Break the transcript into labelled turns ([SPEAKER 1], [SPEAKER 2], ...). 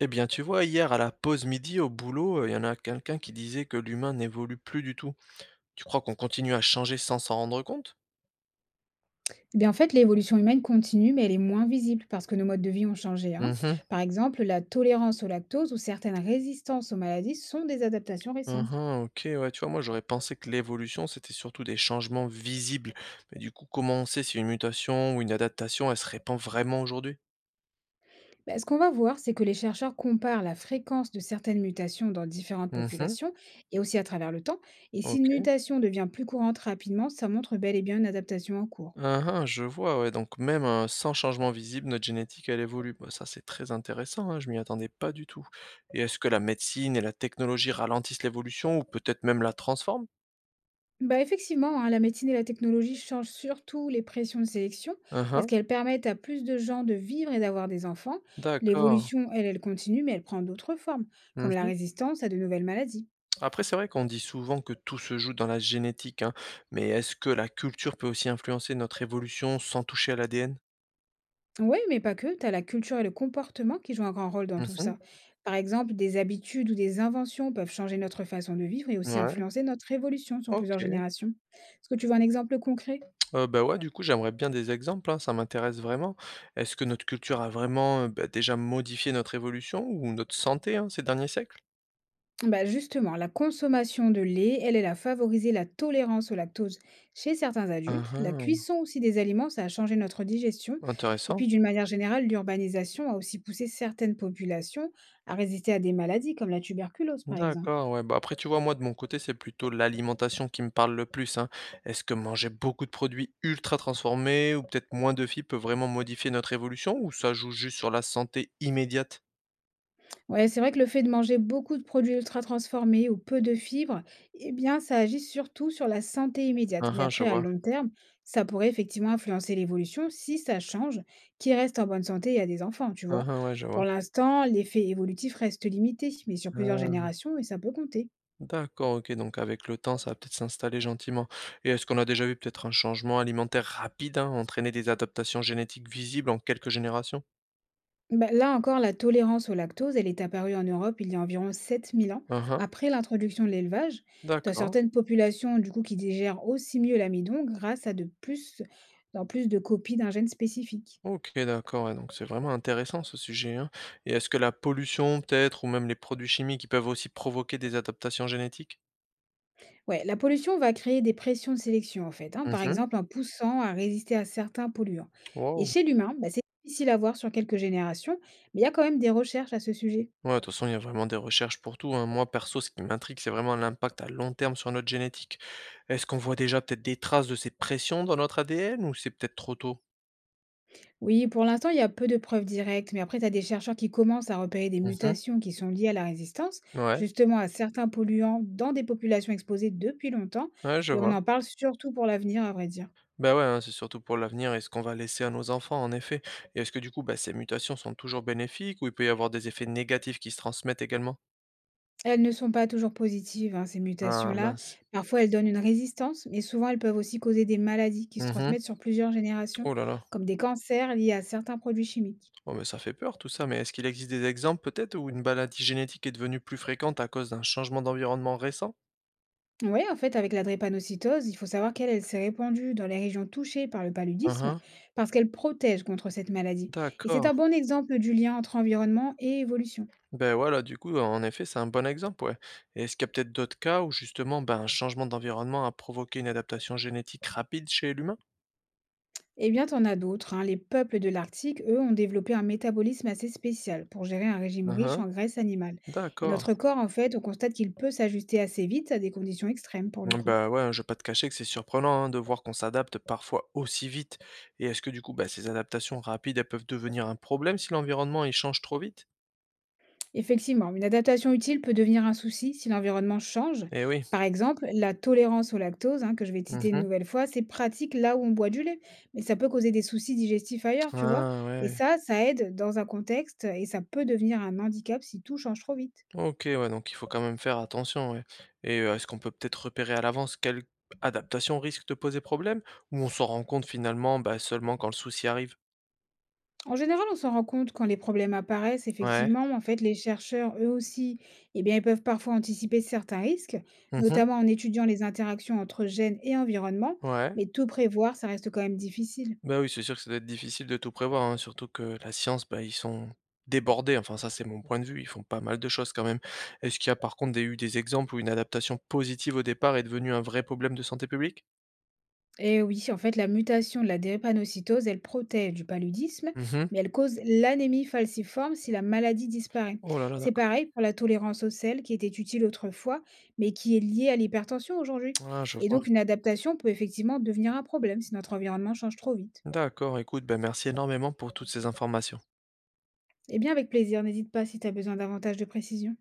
[SPEAKER 1] Eh bien, tu vois, hier à la pause midi au boulot, il y en a quelqu'un qui disait que l'humain n'évolue plus du tout. Tu crois qu'on continue à changer sans s'en rendre compte?
[SPEAKER 2] Eh bien, en fait, l'évolution humaine continue, mais elle est moins visible parce que nos modes de vie ont changé. Hein.
[SPEAKER 1] Mhm.
[SPEAKER 2] Par exemple, la tolérance au lactose ou certaines résistances aux maladies sont des adaptations récentes.
[SPEAKER 1] Mhm, ok, ouais, tu vois, moi j'aurais pensé que l'évolution c'était surtout des changements visibles. Mais du coup, comment on sait si une mutation ou une adaptation elle se répand vraiment aujourd'hui?
[SPEAKER 2] Ben, ce qu'on va voir, c'est que les chercheurs comparent la fréquence de certaines mutations dans différentes
[SPEAKER 1] Mhm,
[SPEAKER 2] populations et aussi à travers le temps. Et si une
[SPEAKER 1] ok.
[SPEAKER 2] mutation devient plus courante rapidement, ça montre bel et bien une adaptation en cours.
[SPEAKER 1] Mhm, je vois, ouais, donc même sans changement visible, notre génétique elle évolue. Bah, ça c'est très intéressant, hein, je m'y attendais pas du tout. Et est-ce que la médecine et la technologie ralentissent l'évolution ou peut-être même la transforment?
[SPEAKER 2] Bah effectivement, hein, la médecine et la technologie changent surtout les pressions de sélection
[SPEAKER 1] Hein
[SPEAKER 2] parce
[SPEAKER 1] hein,
[SPEAKER 2] qu'elles permettent à plus de gens de vivre et d'avoir des enfants.
[SPEAKER 1] d'accord.
[SPEAKER 2] L'évolution, elle, elle continue, mais elle prend d'autres formes, comme la
[SPEAKER 1] Mmh.
[SPEAKER 2] résistance à de nouvelles maladies.
[SPEAKER 1] Après, c'est vrai qu'on dit souvent que tout se joue dans la génétique, hein, mais est-ce que la culture peut aussi influencer notre évolution sans toucher à l'ADN?
[SPEAKER 2] Oui, mais pas que, tu as la culture et le comportement qui jouent un grand rôle dans
[SPEAKER 1] Mmh
[SPEAKER 2] tout ça.
[SPEAKER 1] mh.
[SPEAKER 2] Par exemple, des habitudes ou des inventions peuvent changer notre façon de vivre et aussi
[SPEAKER 1] Ouais,
[SPEAKER 2] influencer notre évolution sur plusieurs
[SPEAKER 1] OK.
[SPEAKER 2] générations. Est-ce que tu veux un exemple concret?
[SPEAKER 1] Bah, ouais, du coup, j'aimerais bien des exemples, hein, ça m'intéresse vraiment. Est-ce que notre culture a vraiment, bah, déjà modifié notre évolution ou notre santé, hein, ces derniers siècles?
[SPEAKER 2] Bah justement, la consommation de lait, elle, elle a favorisé la tolérance au lactose chez certains
[SPEAKER 1] Hein
[SPEAKER 2] adultes. La
[SPEAKER 1] hein,
[SPEAKER 2] cuisson aussi des aliments, ça a changé notre digestion. Et
[SPEAKER 1] intéressant.
[SPEAKER 2] puis, d'une manière générale, l'urbanisation a aussi poussé certaines populations à résister à des maladies comme la tuberculose, par exemple.
[SPEAKER 1] D'accord, ouais. Bah, après, tu vois, moi, de mon côté, c'est plutôt l'alimentation qui me parle le plus, hein. Est-ce que manger beaucoup de produits ultra transformés ou peut-être moins de fibres peut vraiment modifier notre évolution ou ça joue juste sur la santé immédiate?
[SPEAKER 2] Ouais, c'est vrai que le fait de manger beaucoup de produits ultra transformés ou peu de fibres, eh bien, ça agit surtout sur la santé immédiate.
[SPEAKER 1] Ah
[SPEAKER 2] Mais
[SPEAKER 1] hein, je
[SPEAKER 2] après, à
[SPEAKER 1] vois.
[SPEAKER 2] long terme, ça pourrait effectivement influencer l'évolution si ça change, qui reste en bonne santé et a des enfants, tu
[SPEAKER 1] Ah
[SPEAKER 2] vois.
[SPEAKER 1] hein, ouais, je vois.
[SPEAKER 2] Pour l'instant, l'effet évolutif reste limité, mais sur plusieurs
[SPEAKER 1] Ah,
[SPEAKER 2] générations, et ça peut compter.
[SPEAKER 1] d'accord, ok. Donc, avec le temps, ça va peut-être s'installer gentiment. Et est-ce qu'on a déjà vu peut-être un changement alimentaire rapide, hein, entraîner des adaptations génétiques visibles en quelques générations?
[SPEAKER 2] Bah, là encore, la tolérance au lactose, elle est apparue en Europe il y a environ 7000 ans,
[SPEAKER 1] Ah hein,
[SPEAKER 2] après l'introduction de l'élevage. Tu as
[SPEAKER 1] d'accord.
[SPEAKER 2] certaines populations, du coup, qui digèrent aussi mieux l'amidon grâce à dans plus de copies d'un gène spécifique.
[SPEAKER 1] OK, d'accord, ouais, donc c'est vraiment intéressant ce sujet, hein. Et est-ce que la pollution peut-être ou même les produits chimiques, ils peuvent aussi provoquer des adaptations génétiques?
[SPEAKER 2] Ouais, la pollution va créer des pressions de sélection, en fait, hein,
[SPEAKER 1] Mmh
[SPEAKER 2] par
[SPEAKER 1] mh.
[SPEAKER 2] exemple en poussant à résister à certains polluants. Et
[SPEAKER 1] Waouh!
[SPEAKER 2] chez l'humain, bah, c'est difficile à voir sur quelques générations, mais il y a quand même des recherches à ce sujet.
[SPEAKER 1] Ouais, de toute façon, il y a vraiment des recherches pour tout, hein. Moi, perso, ce qui m'intrigue, c'est vraiment l'impact à long terme sur notre génétique. Est-ce qu'on voit déjà peut-être des traces de ces pressions dans notre ADN ou c'est peut-être trop tôt?
[SPEAKER 2] Oui, pour l'instant, il y a peu de preuves directes, mais après, tu as des chercheurs qui commencent à repérer des
[SPEAKER 1] Mmh mh.
[SPEAKER 2] mutations qui sont liées à la résistance,
[SPEAKER 1] Ouais,
[SPEAKER 2] justement à certains polluants dans des populations exposées depuis longtemps,
[SPEAKER 1] ouais, je
[SPEAKER 2] et on
[SPEAKER 1] vois.
[SPEAKER 2] en parle surtout pour l'avenir, à vrai dire.
[SPEAKER 1] Bah, ouais, hein, c'est surtout pour l'avenir et ce qu'on va laisser à nos enfants, en effet. Et est-ce que du coup, bah, ces mutations sont toujours bénéfiques ou il peut y avoir des effets négatifs qui se transmettent également?
[SPEAKER 2] Elles ne sont pas toujours positives, hein, ces
[SPEAKER 1] Ah
[SPEAKER 2] mutations-là.
[SPEAKER 1] mince.
[SPEAKER 2] Parfois, elles donnent une résistance, mais souvent, elles peuvent aussi causer des maladies qui se
[SPEAKER 1] Mmh.
[SPEAKER 2] transmettent sur plusieurs générations,
[SPEAKER 1] Oh là là.
[SPEAKER 2] comme des cancers liés à certains produits chimiques.
[SPEAKER 1] Oh mais ça fait peur tout ça, mais est-ce qu'il existe des exemples peut-être où une maladie génétique est devenue plus fréquente à cause d'un changement d'environnement récent?
[SPEAKER 2] Oui, en fait, avec la drépanocytose, il faut savoir qu'elle, elle s'est répandue dans les régions touchées par le
[SPEAKER 1] Hein
[SPEAKER 2] paludisme
[SPEAKER 1] hein.
[SPEAKER 2] parce qu'elle protège contre cette maladie. Et c'est
[SPEAKER 1] D'accord.
[SPEAKER 2] un bon exemple du lien entre environnement et évolution.
[SPEAKER 1] Ben voilà, du coup, en effet, c'est un bon exemple, ouais. Et est-ce qu'il y a peut-être d'autres cas où justement, ben, un changement d'environnement a provoqué une adaptation génétique rapide chez l'humain?
[SPEAKER 2] Eh bien, t'en as d'autres. Hein. Les peuples de l'Arctique, eux, ont développé un métabolisme assez spécial pour gérer un régime
[SPEAKER 1] Hein
[SPEAKER 2] riche
[SPEAKER 1] hein.
[SPEAKER 2] en graisse animale. Et
[SPEAKER 1] D'accord.
[SPEAKER 2] notre corps, en fait, on constate qu'il peut s'ajuster assez vite à des conditions extrêmes pour le coup.
[SPEAKER 1] Bah, ouais, je vais pas te cacher que c'est surprenant, hein, de voir qu'on s'adapte parfois aussi vite. Et est-ce que du coup, bah, ces adaptations rapides, elles peuvent devenir un problème si l'environnement, il change trop vite?
[SPEAKER 2] Effectivement, une adaptation utile peut devenir un souci si l'environnement change.
[SPEAKER 1] Eh oui.
[SPEAKER 2] Par exemple, la tolérance au lactose, hein, que je vais citer une
[SPEAKER 1] Mmh.
[SPEAKER 2] nouvelle fois, c'est pratique là où on boit du lait, mais ça peut causer des soucis digestifs ailleurs, tu vois.
[SPEAKER 1] Ah
[SPEAKER 2] Et
[SPEAKER 1] ouais.
[SPEAKER 2] ça aide dans un contexte et ça peut devenir un handicap si tout change trop vite.
[SPEAKER 1] OK, ouais, donc il faut quand même faire attention, ouais. Et est-ce qu'on peut peut-être repérer à l'avance quelle adaptation risque de poser problème? Ou on s'en rend compte finalement, bah, seulement quand le souci arrive?
[SPEAKER 2] En général, on s'en rend compte quand les problèmes apparaissent,
[SPEAKER 1] Ouais.
[SPEAKER 2] effectivement. En fait, les chercheurs, eux aussi, eh bien, ils peuvent parfois anticiper certains risques,
[SPEAKER 1] Mmh.
[SPEAKER 2] notamment en étudiant les interactions entre gènes et environnement,
[SPEAKER 1] Ouais.
[SPEAKER 2] mais tout prévoir, ça reste quand même difficile.
[SPEAKER 1] Bah, oui, c'est sûr que ça doit être difficile de tout prévoir, hein, surtout que la science, bah, ils sont débordés, enfin ça c'est mon point de vue, ils font pas mal de choses quand même. Est-ce qu'il y a par contre des eu des exemples où une adaptation positive au départ est devenue un vrai problème de santé publique?
[SPEAKER 2] Et oui, en fait, la mutation de la drépanocytose, elle protège du paludisme,
[SPEAKER 1] Mmh mh.
[SPEAKER 2] mais elle cause l'anémie falciforme si la maladie disparaît.
[SPEAKER 1] Oh là là,
[SPEAKER 2] C'est
[SPEAKER 1] d'accord.
[SPEAKER 2] pareil pour la tolérance au sel qui était utile autrefois, mais qui est liée à l'hypertension aujourd'hui.
[SPEAKER 1] Ah je
[SPEAKER 2] Et
[SPEAKER 1] vois.
[SPEAKER 2] donc, une adaptation peut effectivement devenir un problème si notre environnement change trop vite.
[SPEAKER 1] D'accord, écoute, bah, merci énormément pour toutes ces informations.
[SPEAKER 2] Eh bien, avec plaisir, n'hésite pas si tu as besoin davantage de précision.